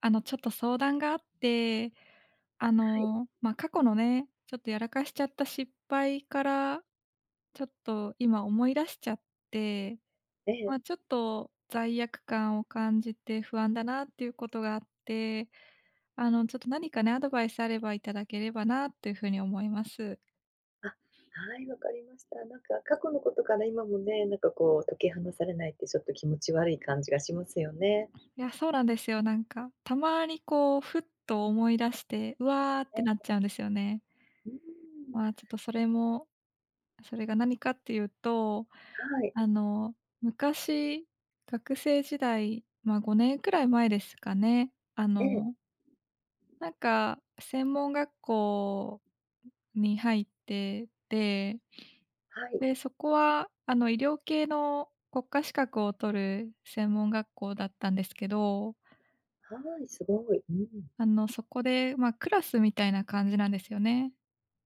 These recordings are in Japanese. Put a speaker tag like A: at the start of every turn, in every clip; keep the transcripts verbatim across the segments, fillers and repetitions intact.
A: あの、ちょっと相談があって、あ
B: はい、
A: の、まあ、過去のね、ちょっとやらかしちゃった失敗から、ちょっと今思い出しちゃって、
B: え
A: ま
B: え。
A: あ、ちょっと罪悪感を感じて不安だなっていうことがあって、あの、ちょっと何かね、アドバイスあればいただければなっていうふうに思います。
B: あ、はい、わかりました。なんか過去のことから今もね、なんかこう解き放されないってちょっと気持ち悪い感じがしますよね。
A: いや、そうなんですよ。なんか、たまにこう、ふっと思い出して、うわーって
B: ね、
A: なっちゃうんですよね。
B: うーん、
A: まあ、ちょっとそれもそれが何かっていうと
B: はい、
A: あの、昔、学生時代、まあ、ごねんくらい前ですかね。あ
B: ええ、
A: の、なんか、専門学校に入ってて、
B: はい、
A: で、そこは、あの、医療系の国家資格を取る専門学校だったんですけど、
B: はい、すごい。うん、
A: あの、そこで、まあ、クラスみたいな感じなんですよね。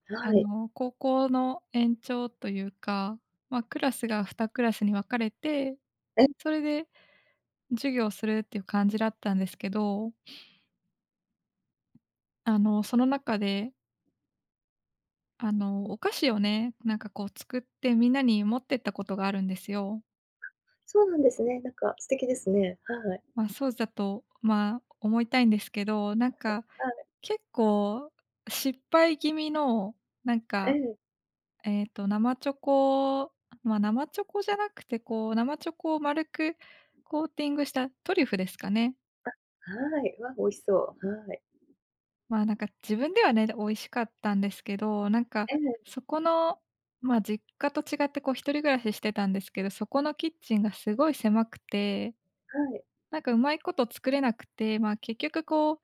B: は
A: あ
B: い。
A: の、高校の延長というか、まあ、クラスがにクラスクラスに分かれて、
B: え、
A: で、それで授業をするっていう感じだったんですけど、あの、その中で、あの、お菓子をね、なんかこう作ってみんなに持ってったことがあるんですよ。
B: そうなんですね。なんか素敵ですね。はい、はい、
A: まあ、そうだと、まあ、思いたいんですけど、なんか、結構失敗気味の、なん
B: え
A: か、
B: え、
A: えっと、生チョコまあ、生チョコじゃなくて、こう、生チョコを丸くコーティングしたトリュフですかね。
B: はい、わ、美味しそう。はい。
A: ま、なんか自分ではね、美味しかったんですけど、なんか
B: ええ、
A: そこの、ま、実家と違ってこう一人暮らししてたんですけど、そこのキッチンがすごい狭くて、
B: はい、
A: なんかうまいこと作れなくて、ま、結局こう、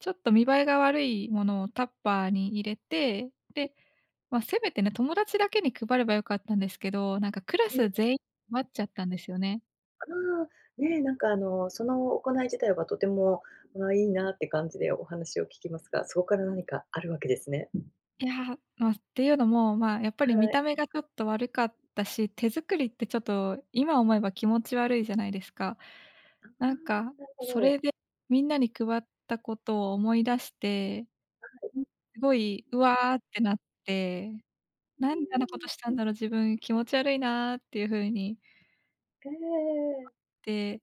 A: ちょっと見栄えが悪いものをタッパーに入れて、で、ま、せめてね、友達だけに配ればよかったんですけど、なんかクラ
B: え
A: ス
B: え、
A: 全員配っちゃったんですよね。
B: ああ、ねえ、なんかあの、その行い自体はとても、まあいいなって感じでお話を聞きますが、そこから何かあるわけですね。
A: いや、ま、っていうのも、まあ、やっぱり見
B: はい。
A: た目がちょっと悪かったし、手作りってちょっと今思えば気持ち悪いじゃないですか。
B: ああ、
A: なんか、
B: なるほ
A: それ
B: ど。
A: でみんなに配ったことを思い出して、ん。すごい、うわってなって、
B: うーん。
A: なんであんなことしたんだろう、自分気持ち悪いなっていう風に
B: ええええ。
A: て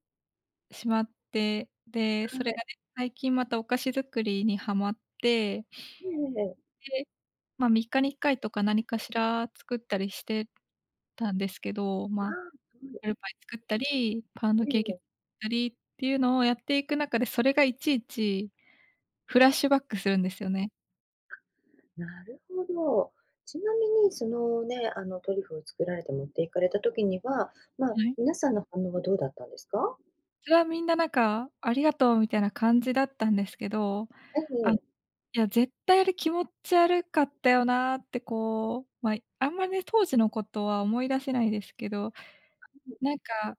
A: しまって、で、それ
B: は
A: が
B: い。
A: ね、最近またお菓子作りにハマって
B: ええええ。
A: で、まあ、みっかにいっかいとか何かしら作ったりしてたんですけど、
B: あ
A: まあ、
B: あ、そう
A: アルパイ作ったり、パウンド
B: え
A: ケーキ作
B: え
A: ったりっていうのをやっていく中で、それがいちいちフラッシュバックするんですよね。
B: なるほど。ちなみにそのね、あのトリュフを作られて持って行かれた時には、まあ、
A: はい。
B: 皆さんの反応はどうだったんですか？
A: それはみんななんか、ありがとうみたいな感じだったんですけど、
B: ええ
A: あ、い
B: ええ。
A: や、絶対あれ気持ち悪かったよなってこう、まあ、あんまりね、当時のことは思い出せないですけど、なんか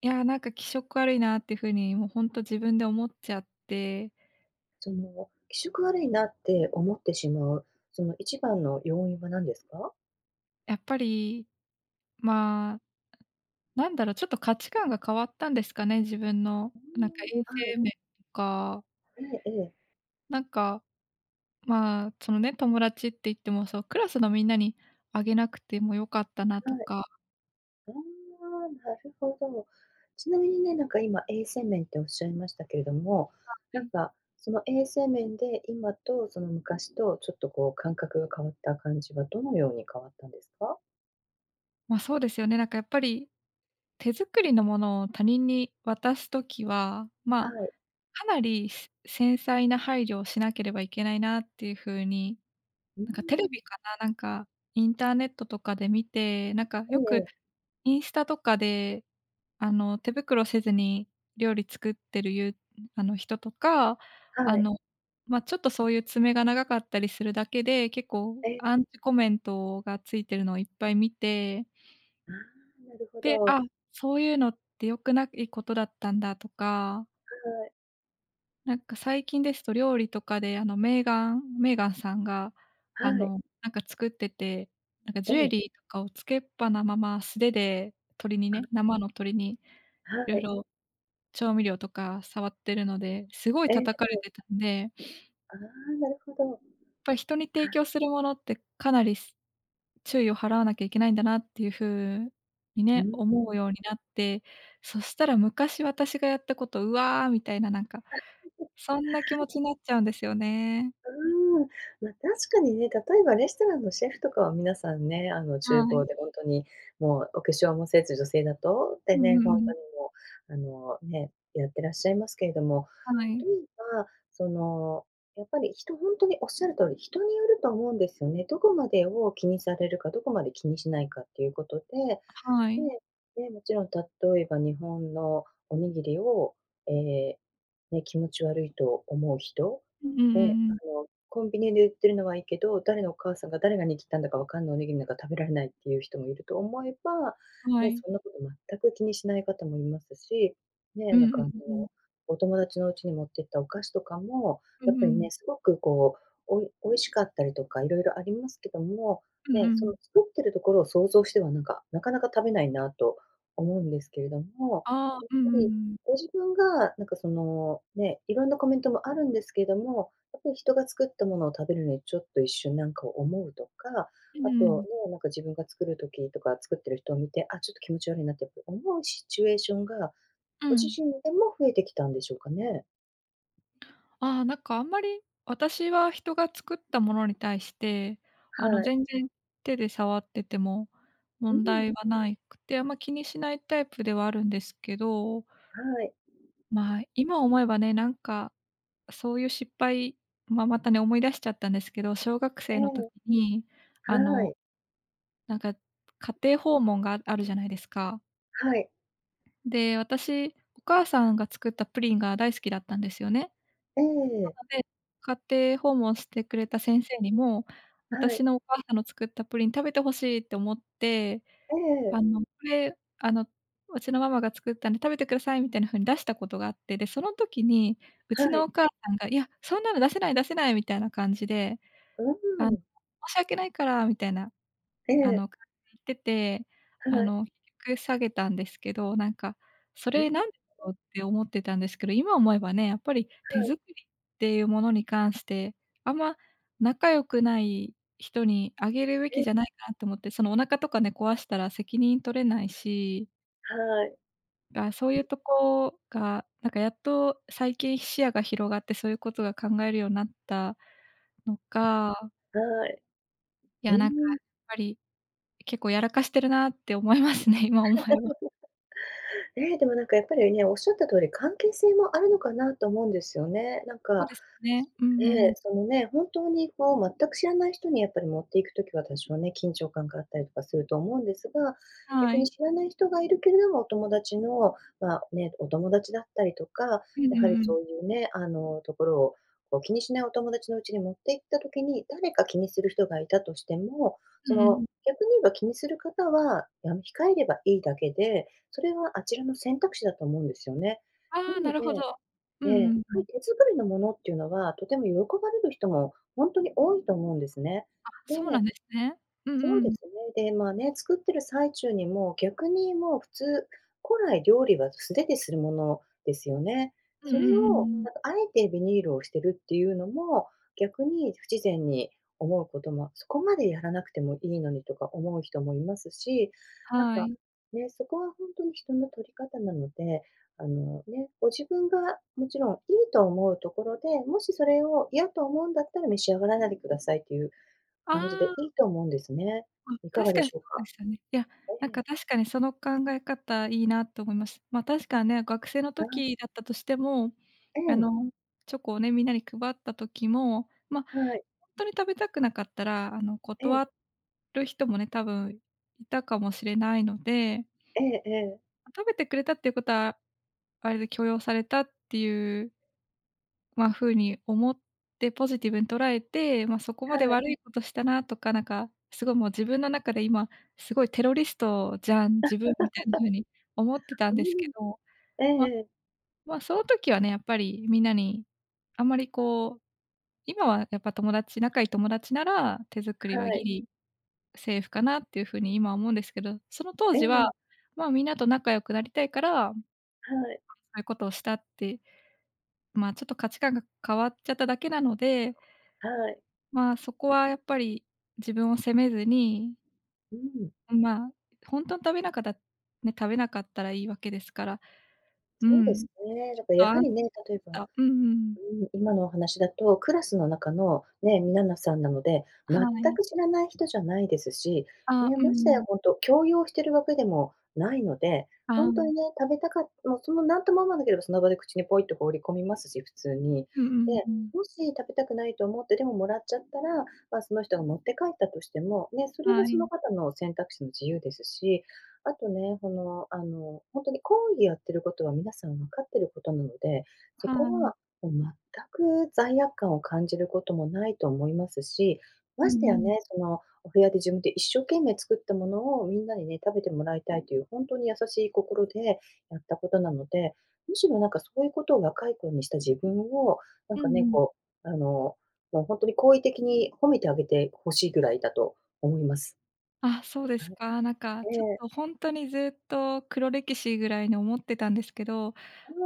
A: いやー、なんか気色悪いなっていう風に、もうほんと自分で思っちゃって、
B: その、気色悪いなって思ってしまう、その一番の要因は何ですか？
A: やっぱり、まあ、なんだろう、ちょっと価値観が変わったんですかね、自分の。
B: う
A: なんか衛
B: ーん、はい。
A: 生面とか、
B: ええええ。
A: なんか、まあ、そのね、友達って言っても、そう、クラスのみんなにあげなくても良かったな
B: は
A: と
B: い。
A: か、
B: ああ、なるほど。ちなみにね、なんか今衛生面っておっしゃいましたけれども、なんかその衛生面で今とその昔とちょっとこう感覚が変わった感じはどのように変わったんですか？
A: ま、あそうですよね、なんかやっぱり手作りのものを他人に渡すときは、
B: は
A: まあ、
B: い。
A: かなり、繊細な配慮をしなければいけないなっていう風に。
B: うーん。
A: なんかテレビかな、なんか、インターネットとかで見て、なんか
B: え
A: よく
B: え、
A: インスタとかで、あの、手袋せずに料理作ってるゆあの、人とか、あ
B: はい。
A: の、ま、ちょっとそういう爪が長かったりするだけで、結構
B: ええ、
A: アンチコメントがついてるのをいっぱい見て、
B: ああ、なるほ
A: で、
B: ど。
A: あ、そういうのって良くないことだったんだとか。
B: はい。
A: なんか最近ですと料理とかで、あの、メーガンメーガンさんが、あ
B: はい。
A: の、なんか作ってて、なんか
B: え
A: ジュエ
B: え、
A: リーとかをつけっぱなまま素手で鶏に
B: あ、
A: ね、生の鶏に
B: は
A: 色
B: い。
A: 々調味料とか触ってるので、すごい
B: ええ
A: 叩か
B: え
A: れてた
B: え。
A: んで、やっ
B: ああ、なるほど。あ、
A: ぱり人に提供するものってかなりす注意を払わなきゃいけないんだなっていう風に
B: う
A: ね、
B: ん。
A: 思うようになって、そしたら昔私がやったこと、うわみたいななんか、そんな気持ちになっちゃうんですよね。
B: うーん、まあ、確かにね、例えばレストランのシェフとかは皆さんね、あの、厨
A: はい。
B: 房で本当にもうお化粧もせず、女性だと、
A: う
B: で
A: んう
B: ね、本
A: んう
B: 当
A: ん。
B: にもう、あの、ね、やってらっしゃいますけれども、
A: はい。
B: 例えば、その、やっぱり人本当におっしゃる通り、人によると思うんですよね。どこまでを気にされるか、どこまで気にしないかっていうことで、
A: はい。
B: で、ね、もちろん例えば日本のおにぎりを、ええ、ね、気持ち悪いと思う人、
A: うんう
B: で、
A: んうん。
B: あの、コンビニで売ってるのはいいけど、誰のお母さんが誰が握ったんだかわかんないおにぎりなんか食べられないっていう人もいると思えば、
A: は
B: ね、
A: い。
B: そんなこと全く気にしない方もいますし、
A: う
B: ね、な
A: ん
B: ん
A: う
B: か
A: ん
B: あの、
A: うん。
B: お友達の家に持ってったお菓子とかも、
A: うん
B: やっぱ
A: う
B: りね、
A: ん。
B: すごくこう、おい美味しかったりとか色々ありますけども、
A: うんう
B: でそ
A: ん。
B: の作ってるところを想像してはなんか、なかなか食べないなと思うんですけれども、
A: ああ、
B: やっ
A: う
B: ぱ
A: んうん
B: り
A: うん。
B: ご自分がなんかその、ね、いろんなコメントもあるんですけれども、やっぱり人が作ったものを食べるのにちょっと一瞬なんかを思うとか、
A: うん
B: あ
A: う
B: と
A: ん。
B: ね、なんか自分が作る時とか作ってる人を見て、あ、ちょっと気持ち悪いなってやっぱり思うシチュエーションが、
A: う
B: ご自
A: ん。
B: 身でも増えてきたんでしょうかね？
A: ああ、なんか、あんまり、私は人が作ったものに対して、あの、
B: はい。
A: 全然手で触ってても
B: うん、
A: 問題はないくて、あんま気にしないタイプではあるんですけど、
B: はい。
A: まあ、今思えばね、なんか、そういう失敗まあ、またね、思い出しちゃったんですけど、小学
B: え
A: 生の時
B: え、
A: に、
B: は
A: あの
B: い。
A: なんか、家庭訪問があるじゃないですか。
B: はい。
A: で、私、お母さんが作ったプリンが大好きだったんですよね。な
B: ええ、
A: ので、家庭訪問してくれた先生にも、
B: は
A: 私
B: い。
A: のお母さんの作ったプリン食べて欲しいって思って、
B: え
A: あ
B: え、
A: の、これ、あの、うちのママが作ったんで食べてくださいみたいな風に出したことがあって、で、その時に、う
B: は
A: ちの
B: い。
A: お母さんが、いや、そんなの出せない出せないみたいな感じで、
B: う
A: あの、
B: ん。
A: 申し訳ないからみたいな
B: え
A: あ
B: え、
A: の、買ってて、
B: は
A: あ
B: い。
A: の、結局下げたんですけど、なんか、そ
B: う
A: れ
B: ん、
A: なんでだろうって思ってたんですけど、今思えばね、やっぱり手作
B: は
A: りっていうものに関して、あんま仲良くない人にあげるべ
B: い。
A: き
B: え、
A: じゃないかなと思って、そのお腹とかね、壊したら責任取れないし、
B: はい、
A: が、そういうとこが、なんかやっと最近視野が広がってそういうことが考えるようになったのか、
B: はい。
A: い
B: う
A: や、なんかや
B: ーん。
A: っぱり結構やらかしてるなって思いますね、今思えば。
B: ね、でもなんかやっぱりね、おっしゃった通り、関係性もあるのかなと思うんですよね。なん
A: そう
B: か、
A: ですよね。うん
B: え
A: う
B: え、
A: ん。
B: そのね、本当にこう全く知らない人にやっぱり持っていくときは多少ね、緊張感があったりとかすると思うんですが、
A: は
B: 逆に
A: い。
B: 知らない人がいるけれども、お友達の、まあ、ね、お友達だったりとか、
A: うん
B: や
A: う
B: はり
A: んうん。
B: そういうね、あの、ところをこう気にしないお友達のうちに持っていったときに、誰か気にする人がいたとしても、
A: う
B: そ
A: んう
B: の、
A: ん。
B: 逆に言えば気にする方は、あの、控えればいいだけで、それはあちらの選択肢だと思うんですよね。
A: あ
B: な
A: あ、な
B: の
A: るほ
B: で
A: ど。うん
B: ええ、や
A: うんう
B: は
A: ん。
B: い、手作りのものっていうのは、とても喜ばれる人も本当に多いと思うんですね。
A: あ、
B: で
A: そうなんですね。う
B: そう
A: んう
B: で
A: ん。
B: すね。で、まあね、作ってる最中にもう逆にもう普通、古来料理は素手でするものですよね。
A: うん
B: そ
A: うんう
B: れ
A: んう
B: を
A: ん。
B: なんかあえてビニールをしてるっていうのも、逆に不自然に思うことも、そこまでやらなくてもいいのにとか思う人もいますし、なん
A: は
B: か
A: い。
B: ね、そこは本当に人の取り方なので、あのね、ご自分がもちろんいいと思うところで、もしそれを嫌と思うんだったら召し上がらないでくださいっていう
A: あ
B: 感じでい
A: あ。
B: いと思うんですね。
A: うん、
B: いか
A: 確
B: がで
A: かに
B: し
A: そ
B: ょう
A: うで
B: か？
A: したね。いや、
B: え
A: なん
B: え、
A: か確かにその考え方いいなと思います。ま、確かね、学生の
B: あ、
A: 時だったとしても、
B: え
A: あ
B: え、
A: の、チョコをね、みんなに配った時も、まあ、
B: はい、
A: ほんとに食べたくなかったら、あの、
B: ええ、
A: 断る人もね、多分いたかもしれないので、
B: ええええ、
A: 食べてくれたっていうことは、あれで許容されたっていう、まあ、風に思ってポジティブに捉えて、まあ、そこ
B: は
A: まで
B: い、
A: 悪いことしたなとか、なんか、すごいもう自分の中で今、すごいテロリストじゃん、自分みたいな風に思ってたん
B: う
A: ですけ
B: ん、
A: ど、
B: え
A: まあ
B: え、
A: まあ、その時はね、やっぱりみんなに、あんまりこう、今はやっぱ友達仲いい友達なら、手作り
B: は
A: はギ
B: い、
A: リセーフかなっていう風に今は思うんですけど、その当
B: え
A: 時は、
B: え、
A: まあ、みんなと仲良くなりたいから、
B: はい、
A: そういうことをしたって、まあ、ちょっと価値観が変わっちゃっただけなので、
B: はい、
A: まあ、そこはやっぱり自分を責めずに、
B: うん、
A: まあ、ほんとに食べなかたね、食べなかったらいいわけですから、う
B: そうで
A: ん。
B: すね。
A: ち
B: だ
A: ょっ
B: から
A: と
B: や
A: 安
B: はりね、
A: 心
B: 例
A: し
B: えば
A: た。うんうん。
B: うん、今のお話だと、クラスの中のね、皆なさんなので、
A: は
B: 全
A: い。
B: く知らない人じゃないですし、
A: あ、
B: ね、
A: うん
B: まして
A: う
B: や
A: ん。
B: ほんと強要してるわけでもないので、ほ
A: あ、う
B: んと
A: ん
B: にね、食べたかもうそのなんとも思わなければその場で口にポイっと放り込みますし、普通に。で、
A: うんうん。
B: もし食べたくないと思って、でももらっちゃったら、ま、その人が持って帰ったとしても、ね、それ
A: は
B: はその
A: い。
B: 方の選択肢の自由ですし、あとね、この、あの、ほんとに講義やってることは皆さん分かってることなので、そ
A: は
B: こ
A: い。
B: は全く罪悪感を感じることもないと思いますし、ま
A: う
B: して
A: んう
B: や
A: ん。
B: ね、そのお部屋で自分で一生懸命作ったものをみんなにね、食べてもらいたいという本当に優しい心でやったことなので、むしろなんかそういうことを若い頃にした自分を、なん
A: う
B: か
A: ん
B: ね、
A: うん。
B: こう、あの、もう本当に好意的に褒めてあげてほしいぐらいだと思います。
A: あ、そうで
B: は
A: す
B: い、
A: か。なんか
B: え
A: ちょっ
B: え、
A: とほんとにずっと黒歴史ぐらいに思ってたんですけど、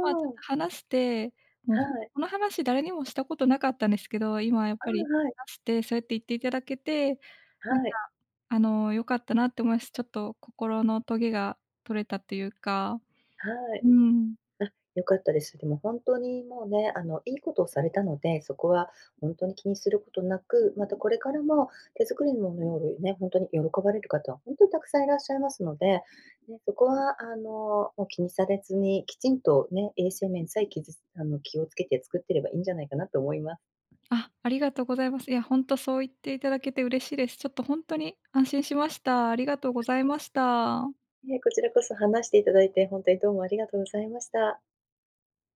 A: まあ、ちょっ
B: ん、
A: と話して、もう
B: は
A: ほんと
B: い、
A: この話誰にもしたことなかったんですけど、今やっ
B: あ、
A: ぱり
B: はい、
A: 話して、そうやって言っていただけて、なん
B: は
A: か、
B: い、
A: あの、良かったなって思います。ちょっと心のトゲが取れたというか、
B: は
A: う
B: い。
A: ん。
B: あ、良かったです。でも本当にもうね、あの、いいことをされたので、そこは本当に気にすることなく、またこれからも手作りのものよりね、本当に喜ばれる方は本当にたくさんいらっしゃいますので、ね、そこはあの、もう気にされずに、きちんとね、衛生面さえ気ずあの、気をつけて作ってればいいんじゃないかなと思います。
A: あ、ありがとうございます。いや、ほんとそう言っていただけて嬉しいです。ちょっとほんとに安心しました。ありがとうございました。
B: え、こちらこそ話していただいて、本当にどうもありがとうございました。